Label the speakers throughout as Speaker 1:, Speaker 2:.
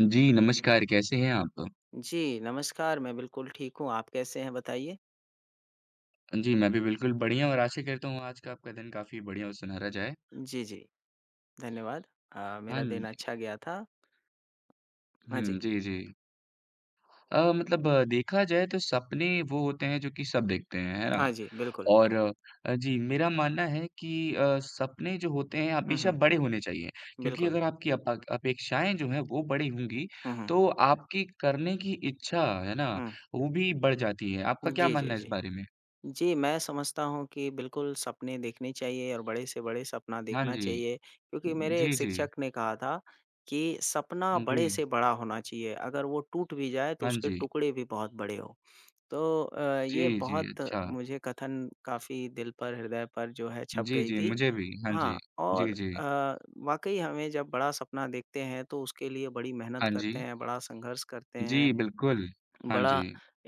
Speaker 1: जी, नमस्कार, कैसे हैं आप?
Speaker 2: जी, नमस्कार, मैं बिल्कुल ठीक हूँ, आप कैसे हैं बताइए?
Speaker 1: जी, मैं भी बिल्कुल बढ़िया और आशा करता हूँ आज का आपका दिन काफ़ी बढ़िया और सुनहरा जाए।
Speaker 2: जी, जी, धन्यवाद।
Speaker 1: हाँ
Speaker 2: मेरा दिन
Speaker 1: जी।
Speaker 2: अच्छा गया था। हाँ जी,
Speaker 1: हुँ, जी, जी। मतलब देखा जाए तो सपने वो होते हैं जो कि सब देखते हैं, है ना?
Speaker 2: हाँ जी, बिल्कुल।
Speaker 1: और जी, मेरा मानना है कि सपने जो होते हैं
Speaker 2: हुँ,
Speaker 1: हमेशा
Speaker 2: हुँ,
Speaker 1: बड़े होने चाहिए क्योंकि
Speaker 2: बिल्कुल।
Speaker 1: अगर आपकी अपा अपेक्षाएँ जो हैं वो बड़ी होंगी,
Speaker 2: हुँ, हुँ,
Speaker 1: तो आपकी करने की इच्छा, है ना,
Speaker 2: हुँ।
Speaker 1: वो भी बढ़ जाती है। आपका क्या
Speaker 2: जी, जी,
Speaker 1: मानना है इस
Speaker 2: जी।
Speaker 1: बारे में?
Speaker 2: जी, मैं समझता हूँ कि बिल्कुल सपने देखने चाहिए और बड़े से बड़े सपना
Speaker 1: हाँ
Speaker 2: देखना
Speaker 1: जी।
Speaker 2: चाहिए, क्योंकि मेरे एक
Speaker 1: जी, जी।
Speaker 2: शिक्षक ने कहा था कि सपना
Speaker 1: जी।
Speaker 2: बड़े से बड़ा होना चाहिए, अगर वो टूट भी जाए तो
Speaker 1: हाँ
Speaker 2: उसके
Speaker 1: जी।
Speaker 2: टुकड़े भी बहुत बड़े हों। तो ये
Speaker 1: जी, जी,
Speaker 2: बहुत
Speaker 1: अच्छा।
Speaker 2: मुझे कथन काफ़ी दिल पर, हृदय पर जो है छप
Speaker 1: जी,
Speaker 2: गई
Speaker 1: जी,
Speaker 2: थी।
Speaker 1: मुझे भी। हाँ जी।
Speaker 2: हाँ,
Speaker 1: जी,
Speaker 2: और
Speaker 1: जी।
Speaker 2: वाक़ई हमें जब बड़ा सपना देखते हैं तो उसके लिए बड़ी मेहनत
Speaker 1: हाँ
Speaker 2: करते
Speaker 1: जी।
Speaker 2: हैं, बड़ा संघर्ष करते
Speaker 1: जी,
Speaker 2: हैं,
Speaker 1: बिल्कुल। हाँ
Speaker 2: बड़ा
Speaker 1: जी।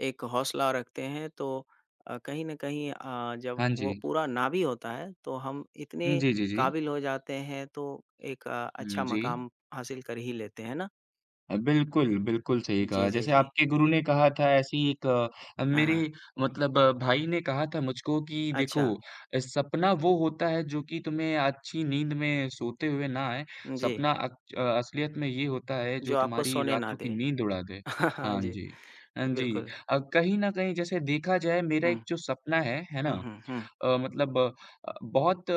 Speaker 2: एक हौसला रखते हैं तो कहीं न कहीं जब
Speaker 1: हाँ
Speaker 2: वो
Speaker 1: जी।
Speaker 2: पूरा ना भी होता है तो हम इतने
Speaker 1: हुँ, जी, जी, जी।
Speaker 2: काबिल हो जाते हैं तो एक अच्छा
Speaker 1: हुँ, जी।
Speaker 2: मकाम हासिल कर ही लेते हैं ना?
Speaker 1: बिल्कुल, बिल्कुल सही
Speaker 2: जी,
Speaker 1: कहा।
Speaker 2: जी,
Speaker 1: जैसे
Speaker 2: जी।
Speaker 1: आपके गुरु ने कहा था ऐसे ही एक
Speaker 2: हाँ,
Speaker 1: मेरे
Speaker 2: हाँ।
Speaker 1: मतलब भाई ने कहा था मुझको कि देखो
Speaker 2: अच्छा,
Speaker 1: सपना वो होता है जो कि तुम्हें अच्छी नींद में सोते हुए ना आए।
Speaker 2: जी,
Speaker 1: सपना असलियत में ये होता है
Speaker 2: जो
Speaker 1: जो
Speaker 2: आपको
Speaker 1: तुम्हारी
Speaker 2: सोने ना
Speaker 1: रातों की
Speaker 2: दे।
Speaker 1: नींद उड़ा दे।
Speaker 2: हाँ
Speaker 1: हाँ
Speaker 2: जी,
Speaker 1: जी। हाँ जी।
Speaker 2: बिल्कुल।
Speaker 1: कहीं न कहीं जैसे देखा जाए मेरा
Speaker 2: हुँ,
Speaker 1: एक जो सपना है ना?
Speaker 2: हुँ, हुँ, हुँ।
Speaker 1: मतलब बहुत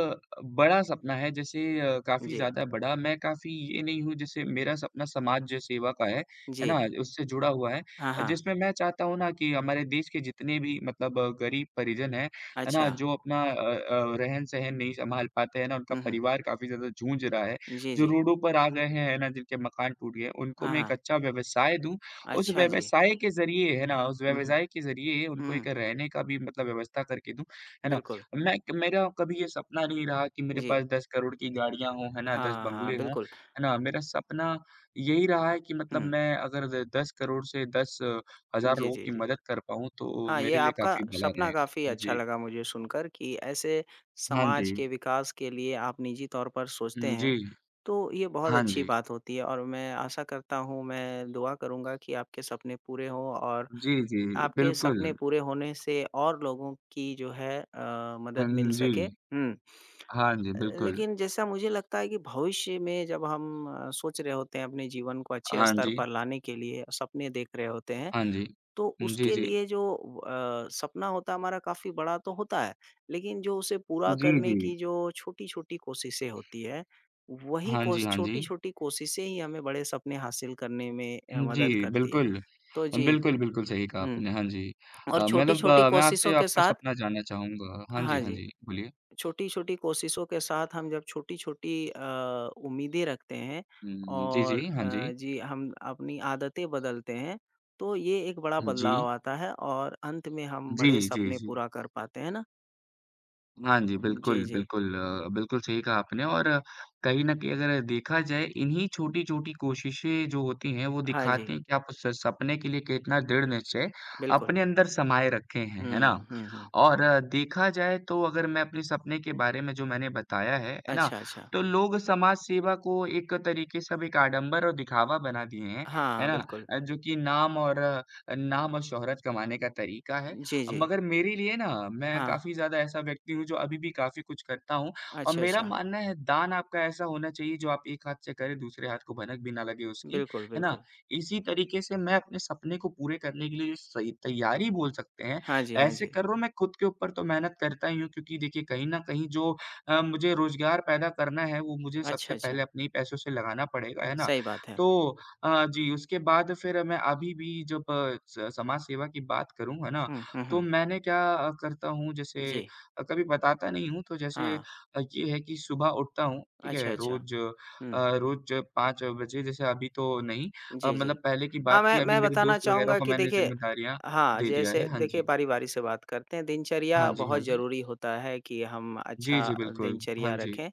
Speaker 1: बड़ा सपना है जैसे काफ़ी
Speaker 2: जी,
Speaker 1: ज़्यादा बड़ा, मैं काफ़ी ये नहीं हूँ जैसे मेरा सपना समाज सेवा का है ना?
Speaker 2: जी।
Speaker 1: उससे जुड़ा हुआ है
Speaker 2: हाँ, हाँ।
Speaker 1: जिसमें मैं चाहता हूँ ना कि हमारे देश के जितने भी मतलब गरीब परिजन हैं, है ना?
Speaker 2: अच्छा।
Speaker 1: जो अपना रहन-सहन नहीं सँभाल पाते हैं ना, उनका
Speaker 2: हुँ, हुँ।
Speaker 1: परिवार काफ़ी ज़्यादा जूझ रहा है,
Speaker 2: जी,
Speaker 1: जो
Speaker 2: जी।
Speaker 1: रोडों पर आ गए हैं, है ना? जिनके मकान टूट गए, उनको
Speaker 2: हाँ,
Speaker 1: मैं एक
Speaker 2: हाँ।
Speaker 1: अच्छा व्यवसाय दूँ, उस
Speaker 2: अच्छा जी।
Speaker 1: व्यवसाय के ज़रिए, है ना? उस
Speaker 2: हुँ, हुँ।
Speaker 1: व्यवसाय के ज़रिए उनको
Speaker 2: हुँ,
Speaker 1: एक रहने का भी मतलब व्यवस्था करके दूँ, है ना?
Speaker 2: बिल्कुल।
Speaker 1: मैं मेरा कभी ये सपना नहीं रहा कि मेरे
Speaker 2: जी।
Speaker 1: पास 10 करोड़ की गाड़ियाँ हों, है ना? 10
Speaker 2: हाँ, हाँ,
Speaker 1: बंगले हों,
Speaker 2: बिल्कुल।
Speaker 1: है ना? मेरा सपना यही रहा है कि मतलब
Speaker 2: हुँ।
Speaker 1: मैं अगर द 10 करोड़ से 10 हज़ार
Speaker 2: जी,
Speaker 1: लोगों
Speaker 2: जी,
Speaker 1: की
Speaker 2: जी।
Speaker 1: मदद कर पाऊँ, तो
Speaker 2: हाँ, ये
Speaker 1: मेरे लिए
Speaker 2: आपका
Speaker 1: काफ़ी भला
Speaker 2: सपना काफ़ी
Speaker 1: रहेगा।
Speaker 2: अच्छा
Speaker 1: जी।
Speaker 2: लगा मुझे सुनकर कि ऐसे
Speaker 1: हाँ जी।
Speaker 2: समाज के विकास के लिए आप निजी तौर पर सोचते
Speaker 1: हुँ, जी।
Speaker 2: हैं, तो ये बहुत
Speaker 1: हाँ
Speaker 2: अच्छी
Speaker 1: जी।
Speaker 2: बात होती है और मैं आशा करता हूँ, मैं दुआ करूँगा कि आपके सपने पूरे हों और
Speaker 1: जी, जी,
Speaker 2: आपके
Speaker 1: बिल्कुल।
Speaker 2: सपने पूरे होने से और लोगों की जो है मदद मिल
Speaker 1: हुँ, जी।
Speaker 2: सके। हुँ।
Speaker 1: हाँ जी, बिल्कुल।
Speaker 2: लेकिन जैसा मुझे लगता है कि भविष्य में जब हम सोच रहे होते हैं अपने जीवन को अच्छे
Speaker 1: हाँ
Speaker 2: स्तर
Speaker 1: जी।
Speaker 2: पर लाने के लिए, सपने देख रहे होते हैं,
Speaker 1: हाँ जी।
Speaker 2: तो
Speaker 1: जी,
Speaker 2: उसके
Speaker 1: जी।
Speaker 2: लिए जो सपना होता है हमारा काफ़ी बड़ा तो होता है, लेकिन जो उसे पूरा
Speaker 1: जी,
Speaker 2: करने
Speaker 1: जी।
Speaker 2: की जो छोटी-छोटी कोशिशें होती हैं, वही
Speaker 1: हाँ जी,
Speaker 2: कोश
Speaker 1: हाँ जी।
Speaker 2: छोटी-छोटी कोशिशें ही हमें बड़े सपने हासिल करने में
Speaker 1: जी,
Speaker 2: मदद करती है।
Speaker 1: बिल्कुल।
Speaker 2: तो जी,
Speaker 1: बिल्कुल, बिल्कुल सही कहा
Speaker 2: हुँ
Speaker 1: आपने, हाँ जी।
Speaker 2: और
Speaker 1: मतलब
Speaker 2: छोटी-छोटी
Speaker 1: मैं
Speaker 2: कोशिशों
Speaker 1: आपसे
Speaker 2: के
Speaker 1: आपका
Speaker 2: साथ
Speaker 1: सपना जानना चाहूँगा। हाँ
Speaker 2: हाँ
Speaker 1: जी, हाँ
Speaker 2: जी।
Speaker 1: जी, बोलिए।
Speaker 2: छोटी-छोटी कोशिशों के साथ हम जब छोटी-छोटी उम्मीदें रखते हैं
Speaker 1: हुँ, जी,
Speaker 2: और
Speaker 1: जी, हाँ जी।
Speaker 2: जी हम अपनी आदतें बदलते हैं, तो ये एक बड़ा बदलाव
Speaker 1: जी,
Speaker 2: आता है और अंत में हम
Speaker 1: जी,
Speaker 2: बड़े सपने
Speaker 1: जी।
Speaker 2: पूरा कर पाते हैं ना?
Speaker 1: हाँ जी,
Speaker 2: जी,
Speaker 1: बिल्कुल,
Speaker 2: जी।
Speaker 1: बिल्कुल सही कहा आपने और कहीं न कहीं अगर देखा जाए इन्हीं छोटी-छोटी कोशिशें जो होती हैं वो
Speaker 2: हाँ जी,
Speaker 1: दिखाती हैं कि आप उस सपने के लिए कितना दृढ़ निश्चय
Speaker 2: बिल्कुल।
Speaker 1: अपने अंदर समाए रखे हैं, है ना?
Speaker 2: हुँ, हुँ, हुँ।
Speaker 1: और देखा जाए तो अगर मैं अपने सपने के बारे में जो मैंने बताया है ना?
Speaker 2: अच्छा, अच्छा।
Speaker 1: तो लोग समाज सेवा को एक तरीके से अब एक आडंबर और दिखावा बना दिए हैं, है
Speaker 2: हाँ,
Speaker 1: ना?
Speaker 2: बिल्कुल।
Speaker 1: जो कि नाम और शोहरत कमाने का तरीका है
Speaker 2: जी, जी।
Speaker 1: मगर मेरे लिए ना मैं
Speaker 2: हाँ।
Speaker 1: काफ़ी ज़्यादा ऐसा व्यक्ति हूँ जो अभी भी काफ़ी कुछ करता हूँ और
Speaker 2: अच्छा,
Speaker 1: मेरा
Speaker 2: अच्छा।
Speaker 1: मानना है दान आपका ऐसा होना चाहिए जो आप एक हाथ से करें दूसरे हाथ को भनक भी ना लगे उसकी,
Speaker 2: बिल्कुल,
Speaker 1: है ना?
Speaker 2: बिल्कुल।
Speaker 1: इसी तरीके से मैं अपने सपने को पूरे करने के लिए जो सही तैयारी बोल सकते हैं,
Speaker 2: हाँ जी, हाँ
Speaker 1: ऐसे
Speaker 2: जी।
Speaker 1: कर रहा हूँ मैं खुद के ऊपर तो मेहनत करता ही हूँ क्योंकि देखिए कहीं न कहीं जो मुझे रोज़गार पैदा करना है वो मुझे
Speaker 2: अच्छा,
Speaker 1: सबसे
Speaker 2: अच्छा।
Speaker 1: पहले अपने ही पैसों से लगाना पड़ेगा, है ना?
Speaker 2: सही बात है।
Speaker 1: तो जी, उसके बाद फिर मैं अभी भी जब अ, स समाज सेवा की बात करूँ, है ना?
Speaker 2: हुँ, हुँ,
Speaker 1: तो
Speaker 2: हुँ।
Speaker 1: मैंने करता हूँ जैसे
Speaker 2: जी।
Speaker 1: कभी बताता नहीं हूँ तो जैसे
Speaker 2: हाँ।
Speaker 1: ये है कि सुबह उठता हूँ, ठीक
Speaker 2: अच्छा,
Speaker 1: है?
Speaker 2: अच्छा।
Speaker 1: रोज़ अ,
Speaker 2: हुँ।
Speaker 1: रोज़ 5 बजे जैसे अभी तो नहीं
Speaker 2: जी, जी।
Speaker 1: मतलब पहले की
Speaker 2: हाँ,
Speaker 1: बात
Speaker 2: मैं
Speaker 1: थी अभी
Speaker 2: मैं
Speaker 1: मेरे
Speaker 2: बताना
Speaker 1: दोस्त वग़ैरह
Speaker 2: चाहूँगा
Speaker 1: को
Speaker 2: कि
Speaker 1: मैंने
Speaker 2: देखिए
Speaker 1: ज़िम्मेदारियाँ
Speaker 2: हाँ,
Speaker 1: दे दिया
Speaker 2: जैसे
Speaker 1: है। हाँ
Speaker 2: देखिए
Speaker 1: जी।
Speaker 2: बारी-बारी से बात करते हैं।
Speaker 1: हाँ
Speaker 2: दिनचर्या
Speaker 1: जी,
Speaker 2: बहुत
Speaker 1: हाँ जी।
Speaker 2: ज़रूरी होता है कि हम
Speaker 1: जी,
Speaker 2: अच्छा
Speaker 1: जी, बिल्कुल। हाँ
Speaker 2: दिनचर्या
Speaker 1: जी।
Speaker 2: रखें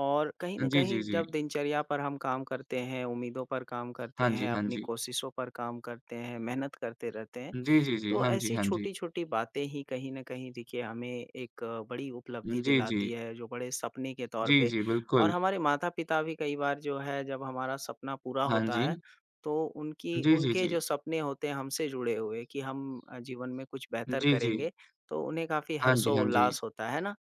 Speaker 2: और कहीं न
Speaker 1: जी,
Speaker 2: कहीं
Speaker 1: जी, जी।
Speaker 2: जब दिनचर्या पर हम काम करते हैं, उम्मीदों पर काम करते
Speaker 1: हाँ जी,
Speaker 2: हैं,
Speaker 1: हाँ
Speaker 2: अपनी
Speaker 1: जी।
Speaker 2: कोशिशों पर काम करते हैं, मेहनत करते रहते हैं
Speaker 1: जी, जी, जी।
Speaker 2: तो
Speaker 1: हाँ जी,
Speaker 2: ऐसी
Speaker 1: हाँ जी।
Speaker 2: छोटी-छोटी बातें ही कहीं न कहीं देखिए हमें एक बड़ी उपलब्धि
Speaker 1: जी, जी।
Speaker 2: दिलाती है, जो बड़े सपने के तौर
Speaker 1: जी,
Speaker 2: पे
Speaker 1: जी,
Speaker 2: और
Speaker 1: बिल्कुल।
Speaker 2: हमारे माता-पिता भी कई बार जो है जब हमारा सपना पूरा
Speaker 1: हाँ
Speaker 2: होता
Speaker 1: जी।
Speaker 2: है, तो उनकी
Speaker 1: जी, जी,
Speaker 2: उनके
Speaker 1: जी।
Speaker 2: जो सपने होते हैं हमसे जुड़े हुए कि हम जीवन में कुछ बेहतर
Speaker 1: जी, जी।
Speaker 2: करेंगे, तो उन्हें काफ़ी
Speaker 1: हाँ जी, हाँ जी।
Speaker 2: हर्षोल्लास होता है ना?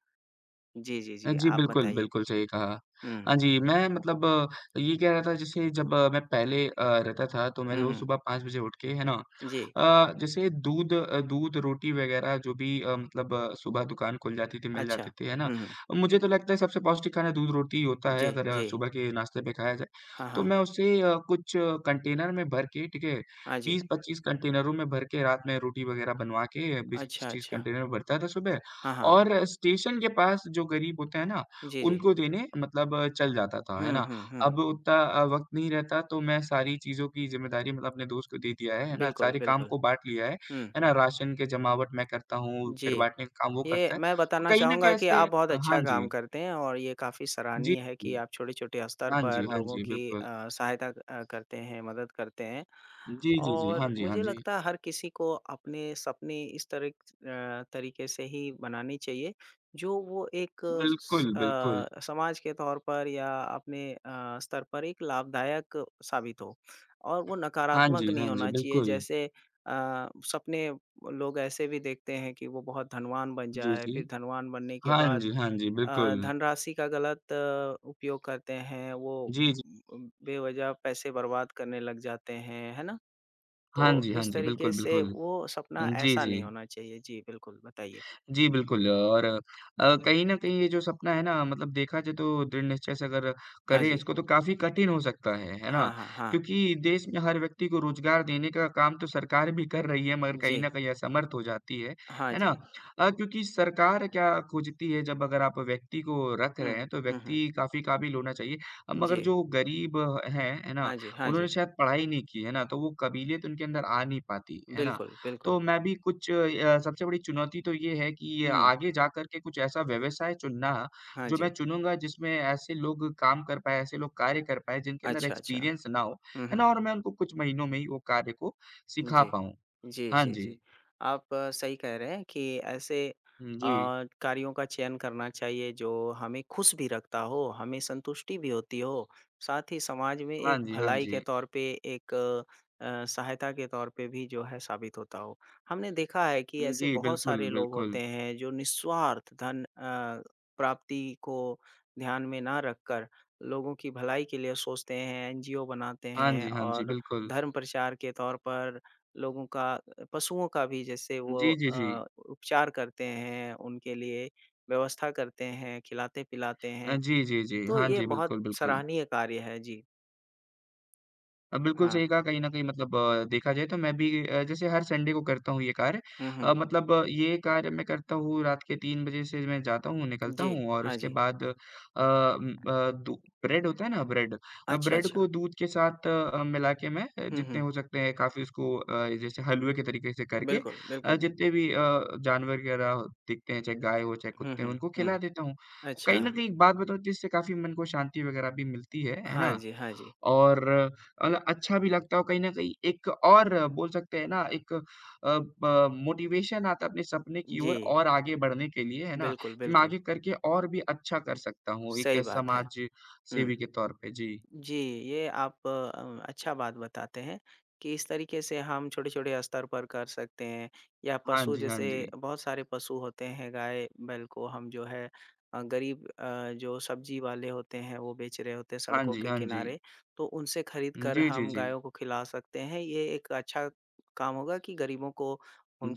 Speaker 2: जी, जी, जी,
Speaker 1: जी,
Speaker 2: आप
Speaker 1: बिल्कुल,
Speaker 2: बताइए?
Speaker 1: बिल्कुल सही कहा।
Speaker 2: हुँ,
Speaker 1: हाँ जी, मैं मतलब ये कह रहा था जैसे जब मैं पहले रहता था तो मैं
Speaker 2: हुँ,
Speaker 1: रोज़
Speaker 2: हुँ,
Speaker 1: सुबह 5 बजे उठ के, है ना?
Speaker 2: जी,
Speaker 1: जैसे दूध, रोटी वग़ैरह जो भी मतलब सुबह दुकान खुल जाती थी, मिल जाती
Speaker 2: अच्छा,
Speaker 1: थी, है ना?
Speaker 2: हुँ, हुँ,
Speaker 1: मुझे तो लगता है सबसे पौष्टिक खाना दूध, रोटी ही होता है
Speaker 2: जी,
Speaker 1: अगर
Speaker 2: जी,
Speaker 1: सुबह के नाश्ते में खाया जाए।
Speaker 2: हाँ,
Speaker 1: तो
Speaker 2: हाँ,
Speaker 1: मैं उसे कुछ कंटेनर में भर के, ठीक है?
Speaker 2: हाँ जी,
Speaker 1: 20-25 कंटेनरों में भर के रात में रोटी वग़ैरह बनवा के
Speaker 2: अच्छा,
Speaker 1: 20-25
Speaker 2: अच्छा,
Speaker 1: कंटेनर में भरता था सुबह
Speaker 2: हाँ, हाँ,
Speaker 1: और स्टेशन के पास जो गरीब होते हैं ना,
Speaker 2: जी, जी,
Speaker 1: उनको देने मतलब चल जाता था, है
Speaker 2: हुँ,
Speaker 1: ना?
Speaker 2: हुँ, हुँ।
Speaker 1: अब उतना वक़्त नहीं रहता तो मैं सारी चीज़ों की ज़िम्मेदारी मतलब अपने दोस्त को दे दिया है ना?
Speaker 2: बिल्कुल,
Speaker 1: सारे काम
Speaker 2: बिल्कुल।
Speaker 1: को बाँट लिया
Speaker 2: हुँ,
Speaker 1: है ना? राशन के जमावट मैं करता हूँ, फिर
Speaker 2: जी।
Speaker 1: बाँटने का काम वो
Speaker 2: ये
Speaker 1: करता है।
Speaker 2: मैं
Speaker 1: तो
Speaker 2: बताना
Speaker 1: कहीं न
Speaker 2: चाहूँगा
Speaker 1: कहीं
Speaker 2: कि
Speaker 1: ऐसे
Speaker 2: आप बहुत
Speaker 1: हाँ
Speaker 2: अच्छा काम
Speaker 1: जी।
Speaker 2: करते हैं और ये काफ़ी
Speaker 1: जी,
Speaker 2: सराहनीय है
Speaker 1: जी।
Speaker 2: कि आप छोटे-छोटे स्तर
Speaker 1: हाँ जी,
Speaker 2: पर
Speaker 1: हाँ
Speaker 2: लोगों
Speaker 1: जी,
Speaker 2: की
Speaker 1: बिल्कुल।
Speaker 2: सहायता करते हैं, मदद करते हैं।
Speaker 1: जी, जी, जी। हाँ
Speaker 2: और
Speaker 1: जी, हाँ
Speaker 2: मुझे
Speaker 1: जी।
Speaker 2: लगता है हर किसी को अपने सपने इस तरह तरीके से ही बनाने चाहिए जो वो एक
Speaker 1: बिल्कुल, बिल्कुल।
Speaker 2: समाज के तौर पर या अपने स्तर पर एक लाभदायक साबित हो और वो
Speaker 1: हाँ
Speaker 2: नकारात्मक
Speaker 1: जी,
Speaker 2: नहीं
Speaker 1: हाँ जी,
Speaker 2: होना चाहिए।
Speaker 1: बिल्कुल।
Speaker 2: जैसे सपने लोग ऐसे भी देखते हैं कि वो बहुत धनवान बन
Speaker 1: जी,
Speaker 2: जाए,
Speaker 1: जी।
Speaker 2: फिर धनवान बनने के
Speaker 1: हाँ
Speaker 2: बाद
Speaker 1: जी, हाँ जी, बिल्कुल।
Speaker 2: धनराशि का गलत उपयोग करते हैं, वो
Speaker 1: जी, जी।
Speaker 2: बेवज़ह पैसे बर्बाद करने लग जाते हैं, है ना? तो
Speaker 1: हाँ जी, हाँ
Speaker 2: इस
Speaker 1: जी,
Speaker 2: तरीके
Speaker 1: बिल्कुल,
Speaker 2: से
Speaker 1: बिल्कुल।
Speaker 2: वो सपना
Speaker 1: जी,
Speaker 2: ऐसा
Speaker 1: जी।
Speaker 2: नहीं होना चाहिए। जी, बिल्कुल, बताइए।
Speaker 1: जी, बिल्कुल और कहीं न कहीं ये जो सपना है ना मतलब देखा जाए तो दृढ़ निश्चय से अगर
Speaker 2: हाँ
Speaker 1: करें
Speaker 2: जी।
Speaker 1: इसको तो काफ़ी कठिन हो सकता है ना?
Speaker 2: हाँ, हाँ, हाँ।
Speaker 1: क्योंकि देश में हर व्यक्ति को रोज़गार देने का काम तो सरकार भी कर रही है मगर कहीं
Speaker 2: जी।
Speaker 1: न कहीं असमर्थ हो जाती
Speaker 2: हाँ
Speaker 1: है ना?
Speaker 2: जी।
Speaker 1: क्योंकि सरकार क्या खोजती है जब अगर आप व्यक्ति को रख
Speaker 2: हुँ।
Speaker 1: रहे हैं तो
Speaker 2: हुँ, हुँ।
Speaker 1: व्यक्ति काफ़ी काबिल होना चाहिए। मगर
Speaker 2: जी।
Speaker 1: जो गरीब हैं, है ना?
Speaker 2: हाँ जी, हाँ
Speaker 1: उन्होंने
Speaker 2: जी।
Speaker 1: शायद पढ़ाई नहीं की, है ना? तो वो काबिलियत उनके अंदर आ नहीं पाती, है ना?
Speaker 2: बिल्कुल, बिल्कुल।
Speaker 1: तो मैं भी कुछ सबसे बड़ी चुनौती तो ये है कि
Speaker 2: हुँ।
Speaker 1: आगे जाकर के कुछ ऐसा व्यवसाय चुनना
Speaker 2: हाँ
Speaker 1: जो मैं
Speaker 2: जी।
Speaker 1: चुनूँगा जिसमें ऐसे लोग काम कर पाएँ, ऐसे लोग कार्य कर पाएँ जिनके अंदर
Speaker 2: अच्छा, अच्छा।
Speaker 1: एक्सपीरियंस ना हो,
Speaker 2: हुँ,
Speaker 1: है
Speaker 2: हुँ।
Speaker 1: ना? और मैं उनको कुछ महीनों में ही वो कार्य को सिखा
Speaker 2: जी।
Speaker 1: पाऊँ।
Speaker 2: जी,
Speaker 1: हाँ
Speaker 2: जी,
Speaker 1: जी।
Speaker 2: जी। आप सही कह रहे हैं कि ऐसे
Speaker 1: जी।
Speaker 2: कार्यों का चयन करना चाहिए जो हमें खुश भी रखता हो, हमें संतुष्टि भी होती हो, साथ ही समाज में
Speaker 1: हाँ
Speaker 2: एक
Speaker 1: जी, हाँ
Speaker 2: भलाई के
Speaker 1: जी।
Speaker 2: तौर पे एक सहायता के तौर पे भी जो है साबित होता हो। हमने देखा है कि ऐसे
Speaker 1: जी,
Speaker 2: बहुत
Speaker 1: बिल्कुल,
Speaker 2: सारे लोग
Speaker 1: बिल्कुल।
Speaker 2: होते हैं जो निस्वार्थ धन प्राप्ति को ध्यान में ना रखकर लोगों की भलाई के लिए सोचते हैं, एनजीओ बनाते
Speaker 1: हाँ
Speaker 2: हैं
Speaker 1: जी, हाँ जी,
Speaker 2: और
Speaker 1: बिल्कुल।
Speaker 2: धर्म प्रचार के तौर पर लोगों का पशुओं का भी जैसे वो
Speaker 1: जी, जी, जी।
Speaker 2: उपचार करते हैं, उनके लिए व्यवस्था करते हैं, खिलाते-पिलाते हैं,
Speaker 1: जी, जी, जी।
Speaker 2: तो
Speaker 1: हाँ
Speaker 2: ये
Speaker 1: जी,
Speaker 2: बहुत
Speaker 1: बिल्कुल, बिल्कुल।
Speaker 2: सराहनीय कार्य है। जी,
Speaker 1: बिल्कुल
Speaker 2: हाँ।
Speaker 1: सही कहा कहीं न कहीं मतलब देखा जाए तो मैं भी जैसे हर संडे को करता हूँ ये कार्य।
Speaker 2: हुँ, हुँ।
Speaker 1: मतलब ये कार्य मैं करता हूँ रात के 3 बजे से मैं जाता हूँ, निकलता
Speaker 2: जी,
Speaker 1: हूँ और
Speaker 2: हाँ
Speaker 1: उसके
Speaker 2: जी।
Speaker 1: बाद अ, उम, अ, दू ब्रेड होता है ना ब्रेड
Speaker 2: अच्छा,
Speaker 1: ब्रेड को
Speaker 2: अच्छा।
Speaker 1: दूध के साथ मिला के मैं
Speaker 2: हुँ,
Speaker 1: जितने
Speaker 2: हुँ।
Speaker 1: हो सकते हैं काफ़ी उसको जैसे हलवे के तरीके से करके
Speaker 2: बिल्कुल, बिल्कुल।
Speaker 1: जितने भी जानवर वगैरह दिखते हैं, चाहे गाय हो, चाहे
Speaker 2: हुँ,
Speaker 1: कुत्ते हों,
Speaker 2: हुँ,
Speaker 1: उनको
Speaker 2: हुँ।
Speaker 1: खिला देता हूँ।
Speaker 2: अच्छा।
Speaker 1: कहीं न कहीं एक बात बताऊँ तो इससे काफ़ी मन को शांति वगैरह भी मिलती है
Speaker 2: हाँ
Speaker 1: ना?
Speaker 2: जी, हाँ जी।
Speaker 1: और अल अच्छा भी लगता है और कहीं न कहीं एक और बोल सकते हैं ना एक अ, ब मोटिवेशन आता है अपने सपने की
Speaker 2: जी,
Speaker 1: ओर और आगे बढ़ने के लिए, है ना?
Speaker 2: बिल्कुल,
Speaker 1: कि मैं
Speaker 2: बिल्कुल।
Speaker 1: आगे करके और भी अच्छा कर सकता हूँ एक
Speaker 2: सही बात है।
Speaker 1: समाज
Speaker 2: हुँ।
Speaker 1: सेवी के तौर पे। जी।
Speaker 2: जी, ये आप अच्छा बात बताते हैं कि इस तरीके से हम छोटे-छोटे स्तर पर कर सकते हैं या
Speaker 1: हाँ
Speaker 2: पशु
Speaker 1: जी, हाँ
Speaker 2: जैसे
Speaker 1: जी।
Speaker 2: बहुत सारे पशु होते हैं, गाय, बैल को हम जो है गरीब जो सब्जी वाले होते हैं, वो बेच रहे होते हैं
Speaker 1: हाँ
Speaker 2: सड़कों
Speaker 1: जी,
Speaker 2: के
Speaker 1: हाँ जी।
Speaker 2: किनारे, तो उनसे खरीद कर
Speaker 1: जी, जी,
Speaker 2: हम
Speaker 1: जी।
Speaker 2: गायों को खिला सकते हैं। ये एक अच्छा काम होगा कि गरीबों को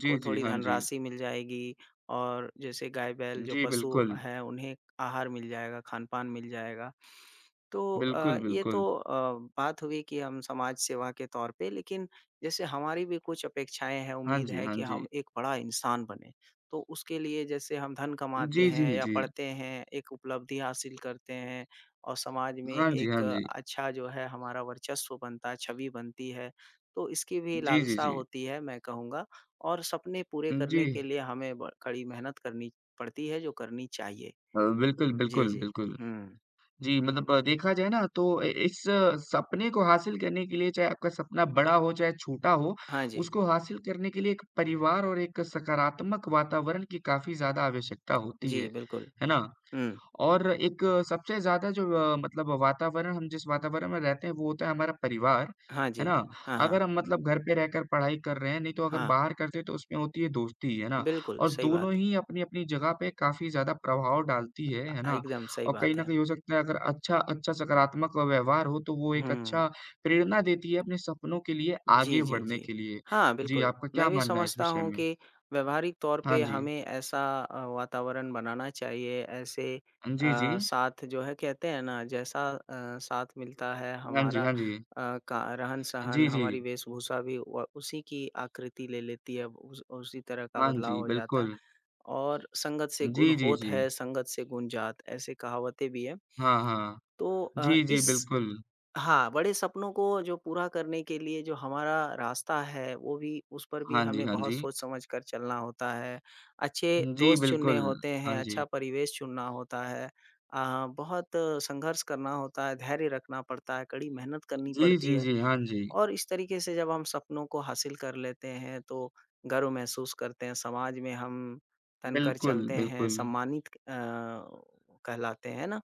Speaker 1: जी, जी,
Speaker 2: थोड़ी
Speaker 1: हाँ जी।
Speaker 2: धनराशि मिल जाएगी और जैसे गाय, बैल जो
Speaker 1: जी,
Speaker 2: पशु
Speaker 1: बिल्कुल।
Speaker 2: हैं, उन्हें आहार मिल जाएगा, खान-पान मिल जाएगा। तो
Speaker 1: बिल्कुल,
Speaker 2: ये तो
Speaker 1: बिल्कुल।
Speaker 2: बात हुई कि हम समाज सेवा के तौर पे लेकिन जैसे हमारी भी कुछ अपेक्षाएँ हैं,
Speaker 1: हाँ
Speaker 2: उम्मीद
Speaker 1: जी,
Speaker 2: है
Speaker 1: हाँ
Speaker 2: कि हम
Speaker 1: जी।
Speaker 2: एक बड़ा इंसान बनें। तो उसके लिए जैसे हम धन कमाते
Speaker 1: जी, जी,
Speaker 2: हैं या
Speaker 1: जी।
Speaker 2: पढ़ते हैं, एक उपलब्धि हासिल करते हैं और समाज में
Speaker 1: हाँ जी,
Speaker 2: एक
Speaker 1: हाँ जी।
Speaker 2: अच्छा जो है हमारा वर्चस्व बनता है, छवि बनती है। तो इसकी भी
Speaker 1: जी, जी,
Speaker 2: लालसा
Speaker 1: जी।
Speaker 2: होती है मैं कहूँगा और सपने पूरे
Speaker 1: जी।
Speaker 2: करने के लिए हमें ब कड़ी मेहनत करनी पड़ती है जो करनी चाहिए।
Speaker 1: बिल्कुल,
Speaker 2: जी,
Speaker 1: बिल्कुल,
Speaker 2: जी।
Speaker 1: बिल्कुल।
Speaker 2: हुँ।
Speaker 1: जी, मतलब देखा जाए ना तो इ इस सपने को हासिल करने के लिए चाहे आपका सपना बड़ा हो चाहे छोटा हो,
Speaker 2: हाँ जी।
Speaker 1: उसको हासिल करने के लिए एक परिवार और एक सकारात्मक वातावरण की काफ़ी ज़्यादा आवश्यकता होती
Speaker 2: जी,
Speaker 1: है।
Speaker 2: बिल्कुल।
Speaker 1: है ना?
Speaker 2: हुँ।
Speaker 1: और एक सबसे ज़्यादा जो मतलब वातावरण हम जिस वातावरण में रहते हैं वो होता है हमारा परिवार,
Speaker 2: हाँ
Speaker 1: है
Speaker 2: जी।
Speaker 1: ना?
Speaker 2: हाँ, हाँ।
Speaker 1: अगर हम मतलब घर पे रहकर पढ़ाई कर रहे हैं, नहीं तो अगर
Speaker 2: हाँ,
Speaker 1: बाहर करते हैं तो उसमें होती है दोस्ती, है ना?
Speaker 2: बिल्कुल
Speaker 1: और
Speaker 2: सही
Speaker 1: दोनों
Speaker 2: बात।
Speaker 1: ही अपनी-अपनी जगह पे काफ़ी ज़्यादा प्रभाव डालती है ना?
Speaker 2: एकदम सही
Speaker 1: और कहीं
Speaker 2: बात
Speaker 1: न
Speaker 2: है।
Speaker 1: कहीं हो सकता है अगर अच्छा अच्छा सकारात्मक व्यवहार हो तो वो एक
Speaker 2: हुँ।
Speaker 1: अच्छा प्रेरणा देती है अपने सपनों के लिए
Speaker 2: जी,
Speaker 1: आगे
Speaker 2: जी,
Speaker 1: बढ़ने
Speaker 2: जी।
Speaker 1: के लिए।
Speaker 2: हाँ,
Speaker 1: जी,
Speaker 2: बिल्कुल।
Speaker 1: आपका
Speaker 2: मैं
Speaker 1: क्या
Speaker 2: भी
Speaker 1: मानना है इस
Speaker 2: समझता
Speaker 1: विषय
Speaker 2: हूँ
Speaker 1: में?
Speaker 2: कि व्यावहारिक तौर
Speaker 1: हाँ
Speaker 2: पे
Speaker 1: जी।
Speaker 2: हमें ऐसा वातावरण बनाना चाहिए, ऐसे
Speaker 1: जी, जी।
Speaker 2: साथ जो है कहते हैं ना जैसा साथ मिलता है
Speaker 1: हाँ जी,
Speaker 2: हमारा
Speaker 1: हाँ जी।
Speaker 2: का रहन-सहन,
Speaker 1: जी, जी।
Speaker 2: हमारी वेशभूषा भी व उसी की आकृति ले लेती है, उस उसी तरह का
Speaker 1: हाँ
Speaker 2: बदलाव
Speaker 1: जी,
Speaker 2: हो जाता है।
Speaker 1: बिल्कुल।
Speaker 2: और संगत से
Speaker 1: जी,
Speaker 2: गुण
Speaker 1: जी,
Speaker 2: होत
Speaker 1: जी।
Speaker 2: है, संगत से गुण जात, ऐसे कहावतें भी हैं।
Speaker 1: हाँ, हाँ।
Speaker 2: तो अ,
Speaker 1: जी, जी,
Speaker 2: इस
Speaker 1: बिल्कुल।
Speaker 2: हाँ, बड़े सपनों को जो पूरा करने के लिए जो हमारा रास्ता है, वो भी उस पर भी
Speaker 1: हाँ जी,
Speaker 2: हमें
Speaker 1: हाँ
Speaker 2: बहुत
Speaker 1: जी।
Speaker 2: सोच-समझ कर चलना होता है। अच्छे
Speaker 1: जी,
Speaker 2: दोस्त चुनने
Speaker 1: बिल्कुल।
Speaker 2: होते हैं,
Speaker 1: हाँ जी।
Speaker 2: अच्छा परिवेश चुनना होता है। बहुत संघर्ष करना होता है, धैर्य रखना पड़ता है, कड़ी मेहनत करनी
Speaker 1: जी,
Speaker 2: पड़ती
Speaker 1: जी,
Speaker 2: है।
Speaker 1: जी। हाँ जी।
Speaker 2: और इस तरीके से जब हम सपनों को हासिल कर लेते हैं तो गर्व महसूस करते हैं, समाज में हम तनकर
Speaker 1: बिल्कुल,
Speaker 2: चलते हैं,
Speaker 1: बिल्कुल।
Speaker 2: सम्मानित कहलाते हैं, है ना?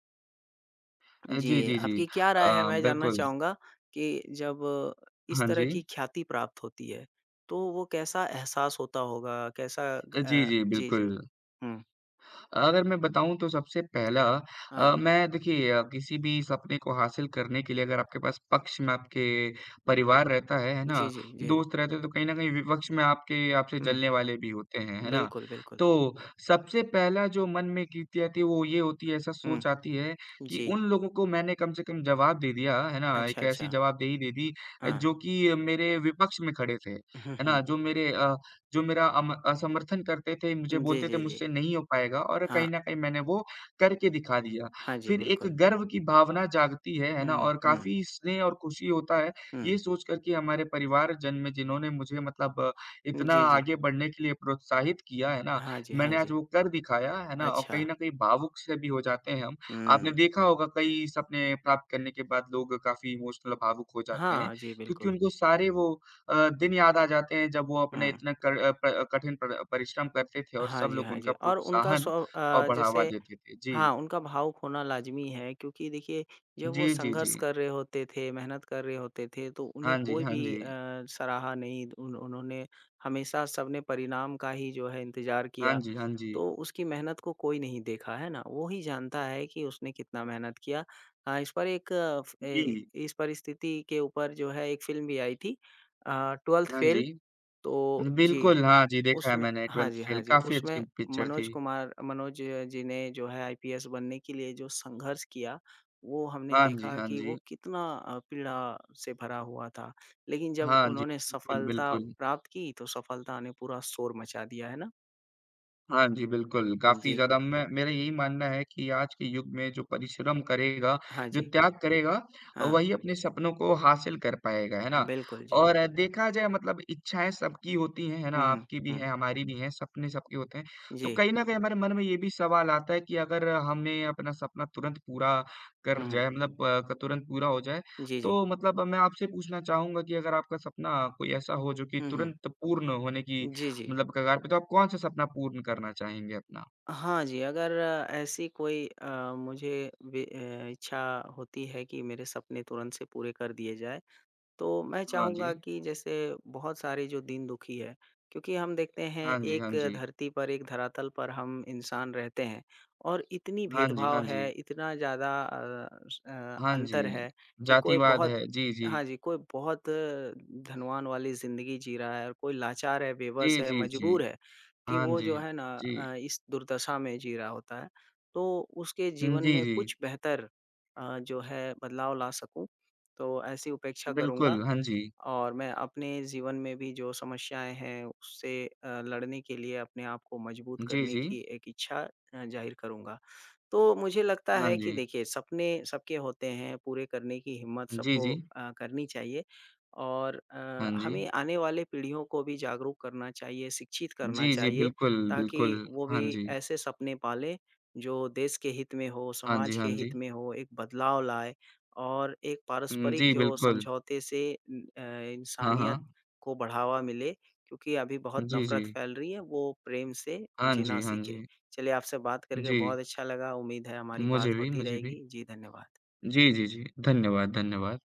Speaker 1: जी,
Speaker 2: जी,
Speaker 1: जी, जी।
Speaker 2: आपकी क्या राय है? मैं जानना
Speaker 1: बिल्कुल।
Speaker 2: चाहूँगा कि जब इस
Speaker 1: हाँ
Speaker 2: तरह
Speaker 1: जी।
Speaker 2: की ख्याति प्राप्त होती है, तो वो कैसा एहसास होता होगा? कैसा
Speaker 1: जी, जी,
Speaker 2: जी, जी।
Speaker 1: बिल्कुल।
Speaker 2: हुँ,
Speaker 1: अगर मैं बताऊँ तो सबसे पहला
Speaker 2: हाँ।
Speaker 1: मैं देखिए किसी भी सपने को हासिल करने के लिए अगर आपके पास पक्ष में आपके परिवार रहता है
Speaker 2: जी,
Speaker 1: ना?
Speaker 2: जी, जी।
Speaker 1: दोस्त रहते हैं तो कहीं न कहीं विपक्ष में आपके आपसे
Speaker 2: हुँ,
Speaker 1: जलने वाले भी होते हैं, है ना?
Speaker 2: बिल्कुल, बिल्कुल।
Speaker 1: तो सबसे पहला जो मन में कीर्ति आती है वो ये होती है ऐसा
Speaker 2: हुँ,
Speaker 1: सोच आती है कि
Speaker 2: जी।
Speaker 1: उन लोगों को मैंने कम से कम जवाब दे दिया, है ना?
Speaker 2: अच्छा,
Speaker 1: एक ऐसी
Speaker 2: अच्छा।
Speaker 1: जवाबदेही दे दी
Speaker 2: हाँ।
Speaker 1: जो कि मेरे विपक्ष में खड़े थे,
Speaker 2: हुँ,
Speaker 1: है ना?
Speaker 2: हुँ।
Speaker 1: जो मेरा अम असमर्थन करते थे, मुझे
Speaker 2: जी,
Speaker 1: बोलते थे
Speaker 2: जी, जी।
Speaker 1: मुझसे नहीं हो पाएगा और
Speaker 2: हाँ,
Speaker 1: कहीं न कहीं मैंने वो करके दिखा दिया।
Speaker 2: हाँ जी,
Speaker 1: फिर एक
Speaker 2: बिल्कुल।
Speaker 1: गर्व की भावना जागती है ना?
Speaker 2: हुँ,
Speaker 1: और
Speaker 2: हुँ,
Speaker 1: काफ़ी स्नेह और खुशी होता है,
Speaker 2: हुँ,
Speaker 1: ये सोच कर कि हमारे परिवारजन में जिन्होंने मुझे मतलब
Speaker 2: हुँ।
Speaker 1: इतना
Speaker 2: जी, जी।
Speaker 1: आगे बढ़ने के लिए प्रोत्साहित किया, है ना?
Speaker 2: हाँ जी, हाँ
Speaker 1: मैंने आज
Speaker 2: जी।
Speaker 1: वो कर दिखाया, है ना? और
Speaker 2: अच्छा।
Speaker 1: कहीं न कहीं भावुक से भी हो जाते हैं हम। आपने
Speaker 2: हुँ।
Speaker 1: देखा होगा कई सपने प्राप्त करने के बाद लोग काफ़ी इमोशनल और भावुक हो जाते हैं,
Speaker 2: हाँ, जी
Speaker 1: क्योंकि
Speaker 2: बिल्कुल।
Speaker 1: उनको सारे वो दिन याद आ जाते हैं जब वो अपने
Speaker 2: हुँ।
Speaker 1: इतना कर अ, प अ, कठिन पर परिश्रम करते थे और
Speaker 2: हाँ
Speaker 1: सब
Speaker 2: जी,
Speaker 1: लोग
Speaker 2: हाँ जी।
Speaker 1: उनका
Speaker 2: और उनका स्व
Speaker 1: प्रोत्साहन और
Speaker 2: अ,
Speaker 1: बढ़ावा
Speaker 2: जैसे
Speaker 1: देते थे। जी।
Speaker 2: हाँ, उनका भावुक होना लाज़मी है क्योंकि देखिए जब वो
Speaker 1: जी, जी, जी।
Speaker 2: संघर्ष कर रहे होते थे, मेहनत कर रहे होते थे तो उन्हें
Speaker 1: हाँ जी,
Speaker 2: कोई
Speaker 1: हाँ
Speaker 2: भी
Speaker 1: जी।
Speaker 2: सराहा नहीं उन उन्होंने हमेशा सबने परिणाम का ही जो है इंतज़ार
Speaker 1: हाँ
Speaker 2: किया।
Speaker 1: जी, हाँ जी।
Speaker 2: तो उसकी मेहनत को कोई नहीं देखा, है ना? वो ही जानता है कि उसने कितना मेहनत किया। अ, इस पर एक अ, फ ए
Speaker 1: जी।
Speaker 2: इस परिस्थिति के ऊपर जो है एक फ़िल्म भी आई थी अ, 12th
Speaker 1: हाँ जी।
Speaker 2: फ़ेल तो जी।
Speaker 1: बिल्कुल, हाँ जी, देखा है
Speaker 2: उसमें
Speaker 1: मैंने
Speaker 2: हाँ जी,
Speaker 1: 12th फ़ेल
Speaker 2: हाँ जी।
Speaker 1: काफ़ी अच्छी
Speaker 2: उसमें
Speaker 1: पिक्चर थी।
Speaker 2: मनोज जी ने जो है आईपीएस बनने के लिए जो संघर्ष किया, वो हमने
Speaker 1: हाँ जी,
Speaker 2: देखा
Speaker 1: हाँ
Speaker 2: कि
Speaker 1: जी।
Speaker 2: वो कितना पीड़ा से भरा हुआ था। लेकिन जब
Speaker 1: हाँ जी,
Speaker 2: उन्होंने
Speaker 1: बिल्कुल,
Speaker 2: सफलता
Speaker 1: बिल्कुल।
Speaker 2: प्राप्त की, तो सफलता ने पूरा शोर मचा दिया, है ना?
Speaker 1: हाँ जी, बिल्कुल, काफ़ी
Speaker 2: जी।
Speaker 1: ज़्यादा मैं मेरा यही मानना है कि आज के युग में जो परिश्रम करेगा,
Speaker 2: हाँ
Speaker 1: जो
Speaker 2: जी।
Speaker 1: त्याग करेगा,
Speaker 2: हाँ,
Speaker 1: वही अपने सपनों को हासिल कर पाएगा, है ना?
Speaker 2: बिल्कुल जी।
Speaker 1: और देखा जाए मतलब इच्छाएँ सबकी होती हैं, है ना?
Speaker 2: हुँ, हुँ,
Speaker 1: आपकी भी
Speaker 2: हुँ।
Speaker 1: है, हमारी भी है, सपने सबके होते हैं। तो
Speaker 2: जी।
Speaker 1: कहीं न कहीं हमारे मन में ये भी सवाल आता है कि अगर हमें अपना सपना तुरंत पूरा
Speaker 2: हुँ,
Speaker 1: कर
Speaker 2: हुँ।
Speaker 1: जाए मतलब तुरंत पूरा हो जाए,
Speaker 2: जी, जी।
Speaker 1: तो मतलब मैं आपसे पूछना चाहूँगा कि अगर आपका सपना कोई ऐसा हो जो कि
Speaker 2: हुँ, हुँ।
Speaker 1: तुरंत पूर्ण होने की
Speaker 2: जी, जी।
Speaker 1: मतलब कगार पे तो आप कौन-सा सपना पूर्ण करना चाहेंगे अपना?
Speaker 2: हाँ जी, अगर ऐसी कोई मुझे इच्छा होती है कि मेरे सपने तुरंत से पूरे कर दिए जाए तो मैं
Speaker 1: हाँ जी।
Speaker 2: चाहूँगा कि जैसे बहुत सारे जो दीन-दुखी है, क्योंकि हम देखते हैं
Speaker 1: हाँ जी, हाँ
Speaker 2: एक
Speaker 1: जी।
Speaker 2: धरती पर, एक धरातल पर हम इंसान रहते हैं और इतनी
Speaker 1: हाँ जी,
Speaker 2: भेदभाव
Speaker 1: हाँ
Speaker 2: है,
Speaker 1: जी।
Speaker 2: इतना ज़्यादा
Speaker 1: हाँ जी।
Speaker 2: अंतर है कि कोई
Speaker 1: जातिवाद
Speaker 2: बहुत
Speaker 1: है। जी, जी।
Speaker 2: हाँ जी, कोई बहुत धनवान वाली ज़िंदगी जी रहा है और कोई लाचार है,
Speaker 1: जी,
Speaker 2: बेबस है,
Speaker 1: जी, जी।
Speaker 2: मजबूर है कि
Speaker 1: हाँ
Speaker 2: वो
Speaker 1: जी।
Speaker 2: जो है ना
Speaker 1: जी।
Speaker 2: इस दुर्दशा में जी रहा होता है। तो उसके
Speaker 1: हुँ,
Speaker 2: जीवन
Speaker 1: जी,
Speaker 2: में
Speaker 1: जी।
Speaker 2: कुछ बेहतर जो है बदलाव ला सकूँ, तो ऐसी उपेक्षा करूँगा
Speaker 1: बिल्कुल, हाँ जी।
Speaker 2: और मैं अपने जीवन में भी जो समस्याएँ हैं उससे लड़ने के लिए अपने आप को मजबूत
Speaker 1: जी,
Speaker 2: करने
Speaker 1: जी।
Speaker 2: की एक इच्छा ज़ाहिर करूँगा। तो मुझे लगता
Speaker 1: हाँ
Speaker 2: है कि
Speaker 1: जी।
Speaker 2: देखिए सपने सबके होते हैं, पूरे करने की हिम्मत
Speaker 1: जी,
Speaker 2: सबको
Speaker 1: जी।
Speaker 2: करनी चाहिए और
Speaker 1: हाँ जी।
Speaker 2: हमें आने वाले पीढ़ियों को भी जागरूक करना चाहिए, शिक्षित करना
Speaker 1: जी, जी,
Speaker 2: चाहिए
Speaker 1: बिल्कुल, बिल्कुल।
Speaker 2: ताकि वो
Speaker 1: हाँ
Speaker 2: भी
Speaker 1: जी।
Speaker 2: ऐसे सपने पालें जो देश के हित में हो,
Speaker 1: हाँ
Speaker 2: समाज
Speaker 1: जी,
Speaker 2: के
Speaker 1: हाँ
Speaker 2: हित
Speaker 1: जी।
Speaker 2: में हो, एक बदलाव लाए और एक
Speaker 1: हुँ,
Speaker 2: पारस्परिक
Speaker 1: जी,
Speaker 2: जो
Speaker 1: बिल्कुल।
Speaker 2: समझौते से
Speaker 1: हाँ,
Speaker 2: इंसानियत
Speaker 1: हाँ।
Speaker 2: को बढ़ावा मिले क्योंकि अभी बहुत
Speaker 1: जी, जी।
Speaker 2: नफ़रत फैल रही है, वो प्रेम से
Speaker 1: हाँ
Speaker 2: जीना
Speaker 1: जी, हाँ
Speaker 2: सीखे।
Speaker 1: जी।
Speaker 2: चलिए आपसे बात करके
Speaker 1: जी।
Speaker 2: बहुत अच्छा लगा, उम्मीद है हमारी
Speaker 1: मुझे
Speaker 2: बात
Speaker 1: भी,
Speaker 2: होती
Speaker 1: मुझे भी।
Speaker 2: रहेगी। जी, धन्यवाद।
Speaker 1: जी, जी, जी। धन्यवाद, धन्यवाद।